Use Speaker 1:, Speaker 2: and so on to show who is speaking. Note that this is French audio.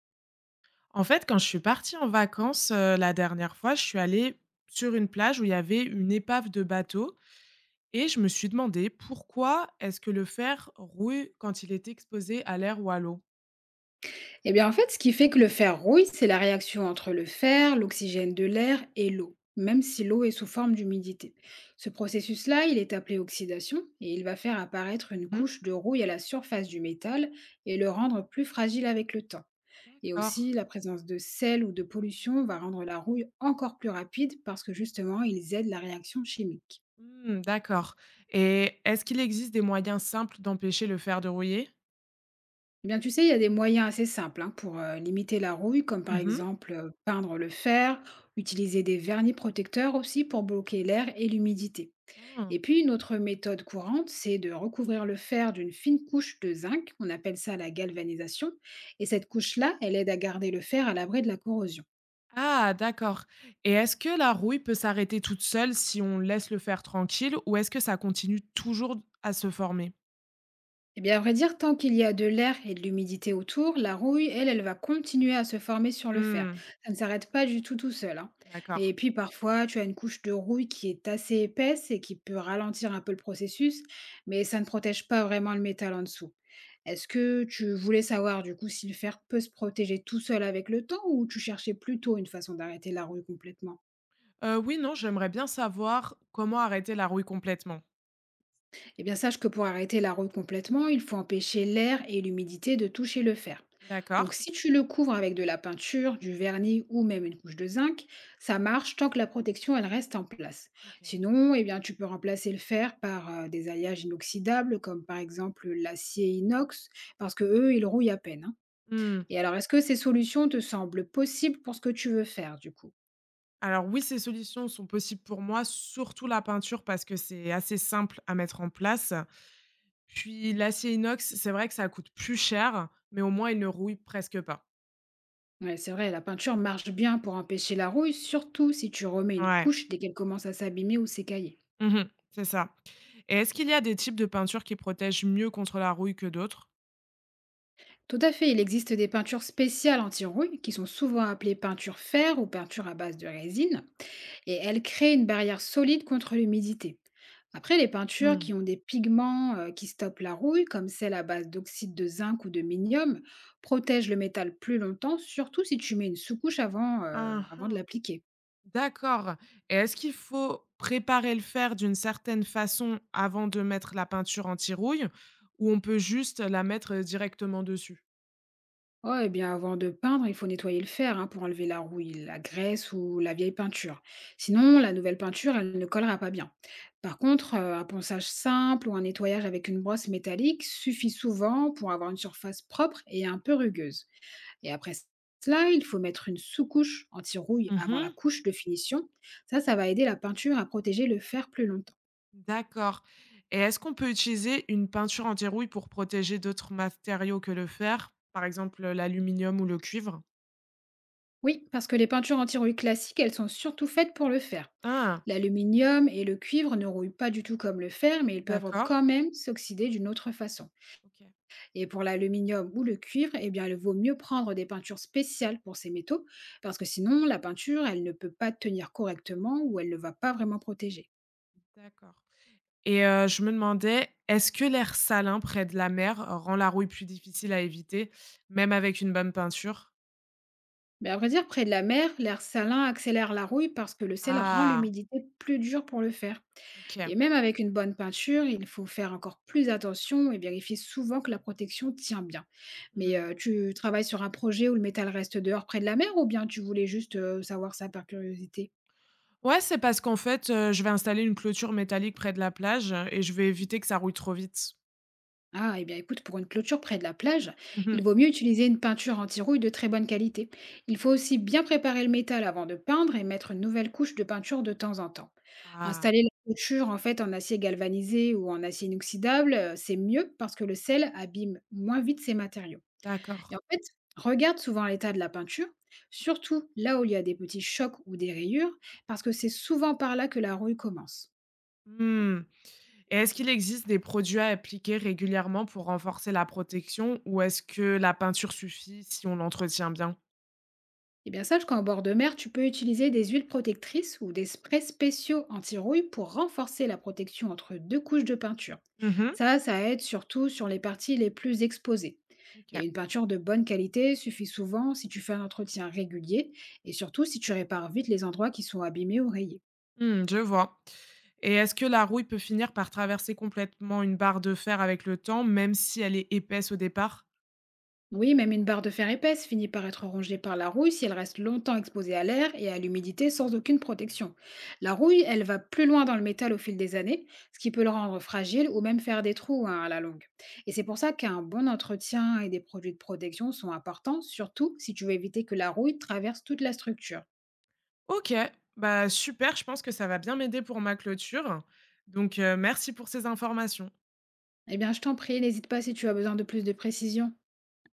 Speaker 1: En fait, quand je suis partie en vacances, la dernière fois, je suis allée sur une plage où il y avait une épave de bateau et je me suis demandé pourquoi est-ce que le fer rouille quand il est exposé à l'air ou à l'eau?
Speaker 2: Eh bien, en fait, ce qui fait que le fer rouille, c'est la réaction entre le fer, l'oxygène de l'air et l'eau, même si l'eau est sous forme d'humidité. Ce processus-là, il est appelé oxydation et il va faire apparaître une
Speaker 1: Mmh mmh.
Speaker 2: couche de rouille à la surface du métal et le rendre plus fragile avec le temps. Et
Speaker 1: D'accord.
Speaker 2: aussi, la présence de sel ou de pollution va rendre la rouille encore plus rapide parce que justement, ils aident la réaction chimique.
Speaker 1: Mmh, d'accord, et est-ce qu'il existe des moyens simples d'empêcher le fer de rouiller?
Speaker 2: Eh bien, tu sais, il y a des moyens assez simples hein, pour limiter la rouille, comme par
Speaker 1: Mmh.
Speaker 2: exemple peindre le fer, utiliser des vernis protecteurs aussi pour bloquer l'air et l'humidité.
Speaker 1: Ah!
Speaker 2: Et puis, une autre méthode courante, c'est de recouvrir le fer d'une fine couche de zinc, on appelle ça la galvanisation, et cette couche-là, elle aide à garder le fer à l'abri de la corrosion.
Speaker 1: Ah, d'accord, et est-ce que la rouille peut s'arrêter toute seule si on laisse le fer tranquille ou est-ce que ça continue toujours à se former?
Speaker 2: Eh bien, à vrai dire, tant qu'il y a de l'air et de l'humidité autour, la rouille, elle, elle va continuer à se former sur le fer.
Speaker 1: Mmh,
Speaker 2: Ça ne s'arrête pas du tout tout seul, hein.
Speaker 1: d'accord.
Speaker 2: Et puis parfois, tu as une couche de rouille qui est assez épaisse et qui peut ralentir un peu le processus, mais ça ne protège pas vraiment le métal en dessous. Est-ce que tu voulais savoir du coup si le fer peut se protéger tout seul avec le temps ou tu cherchais plutôt une façon d'arrêter la rouille complètement?
Speaker 1: Oui, non, j'aimerais bien savoir comment arrêter la rouille complètement.
Speaker 2: Eh bien, sache que pour arrêter la rôde complètement, il faut empêcher l'air et l'humidité de toucher le fer.
Speaker 1: D'accord.
Speaker 2: Donc, si tu le couvres avec de la peinture, du vernis ou même une couche de zinc, ça marche tant que la protection elle reste en place.
Speaker 1: OK.
Speaker 2: Sinon, eh bien, tu peux remplacer le fer par des alliages inoxydables, comme par exemple l'acier inox, parce que eux, ils rouillent à peine, hein.
Speaker 1: Mmh.
Speaker 2: Et alors, est-ce que ces solutions te semblent possibles pour ce que tu veux faire, du coup?
Speaker 1: Alors oui, ces solutions sont possibles pour moi, surtout la peinture parce que c'est assez simple à mettre en place. Puis l'acier inox, c'est vrai que ça coûte plus cher, mais au moins il ne rouille presque pas.
Speaker 2: Ouais, c'est vrai, la peinture marche bien pour empêcher la rouille, surtout si tu remets une
Speaker 1: Ouais.
Speaker 2: couche dès qu'elle commence à s'abîmer ou s'écailler.
Speaker 1: Mmh. C'est ça. Et est-ce qu'il y a des types de peinture qui protègent mieux contre la rouille que d'autres?
Speaker 2: Tout à fait, il existe des peintures spéciales anti-rouille qui sont souvent appelées peintures fer ou peintures à base de résine et elles créent une barrière solide contre l'humidité. Après, les peintures
Speaker 1: Mmh.
Speaker 2: qui ont des pigments qui stoppent la rouille, comme celles à base d'oxyde de zinc ou de minium, protègent le métal plus longtemps, surtout si tu mets une sous-couche avant,
Speaker 1: Mmh
Speaker 2: avant de
Speaker 1: mh.
Speaker 2: l'appliquer.
Speaker 1: D'accord, et est-ce qu'il faut préparer le fer d'une certaine façon avant de mettre la peinture anti-rouille ou on peut juste la mettre, directement dessus?
Speaker 2: Oh, eh bien avant de peindre, il faut nettoyer le fer hein, pour enlever la rouille, la graisse ou la vieille peinture. Sinon, la nouvelle peinture, elle ne collera pas bien. Par contre, un ponçage simple ou un nettoyage avec une brosse métallique suffit souvent pour avoir une surface propre et un peu rugueuse. Et après cela, il faut mettre une sous-couche anti-rouille avant la
Speaker 1: Mmh.
Speaker 2: couche de finition. Ça va aider la peinture à protéger le fer plus longtemps.
Speaker 1: D'accord, et est-ce qu'on peut utiliser une peinture anti-rouille pour protéger d'autres matériaux que le fer? Par exemple, l'aluminium ou le cuivre?
Speaker 2: Oui, parce que les peintures anti-rouille classiques, elles sont surtout faites pour le fer.
Speaker 1: Ah!
Speaker 2: L'aluminium et le cuivre ne rouillent pas du tout comme le fer, mais ils peuvent
Speaker 1: D'accord.
Speaker 2: quand même s'oxyder d'une autre façon.
Speaker 1: OK.
Speaker 2: Et pour l'aluminium ou le cuivre, eh bien, il vaut mieux prendre des peintures spéciales pour ces métaux, parce que sinon, la peinture, elle ne peut pas tenir correctement ou elle ne va pas vraiment protéger.
Speaker 1: D'accord, et je me demandais, est-ce que l'air salin près de la mer rend la rouille plus difficile à éviter, même avec une bonne peinture?
Speaker 2: Mais à vrai dire, près de la mer, l'air salin accélère la rouille parce que le sel rend
Speaker 1: Ah!
Speaker 2: l'humidité plus dure pour le fer.
Speaker 1: OK.
Speaker 2: Et même avec une bonne peinture, il faut faire encore plus attention et vérifier souvent que la protection tient bien. Mais
Speaker 1: Mmh.
Speaker 2: tu travailles sur un projet où le métal reste dehors près de la mer ou bien tu voulais juste savoir ça par curiosité?
Speaker 1: Ouais, c'est parce qu'en fait, je vais installer une clôture métallique près de la plage et je vais éviter que ça rouille trop vite.
Speaker 2: Ah, eh bien écoute, pour une clôture près de la plage, il
Speaker 1: Mmh.
Speaker 2: vaut mieux utiliser une peinture anti-rouille de très bonne qualité. Il faut aussi bien préparer le métal avant de peindre et mettre une nouvelle couche de peinture de temps en temps.
Speaker 1: Ah,
Speaker 2: Installer la clôture en fait en acier galvanisé ou en acier inoxydable, c'est mieux parce que le sel abîme moins vite ces matériaux. Et en
Speaker 1: d'accord.
Speaker 2: fait, regarde souvent l'état de la peinture, surtout là où il y a des petits chocs ou des rayures, parce que c'est souvent par là que la rouille commence.
Speaker 1: Mmh, et est-ce qu'il existe des produits à appliquer régulièrement pour renforcer la protection ou est-ce que la peinture suffit si on l'entretient bien?
Speaker 2: Et bien sache qu'en bord de mer, tu peux utiliser des huiles protectrices ou des sprays spéciaux anti-rouille pour renforcer la protection entre deux couches de peinture.
Speaker 1: Mmh.
Speaker 2: Ça aide surtout sur les parties les plus exposées.
Speaker 1: OK.
Speaker 2: Et une peinture de bonne qualité suffit souvent si tu fais un entretien régulier et surtout si tu répares vite les endroits qui sont abîmés ou rayés.
Speaker 1: Mmh, je vois, et est-ce que la rouille peut finir par traverser complètement une barre de fer avec le temps, même si elle est épaisse au départ?
Speaker 2: Oui, même une barre de fer épaisse finit par être rongée par la rouille si elle reste longtemps exposée à l'air et à l'humidité sans aucune protection. La rouille, elle va plus loin dans le métal au fil des années, ce qui peut le rendre fragile ou même faire des trous hein, à la longue. Et c'est pour ça qu'un bon entretien et des produits de protection sont importants, surtout si tu veux éviter que la rouille traverse toute la structure.
Speaker 1: OK, bah super, je pense que ça va bien m'aider pour ma clôture. Donc, merci pour ces informations.
Speaker 2: Eh bien, je t'en prie, n'hésite pas si tu as besoin de plus de précision.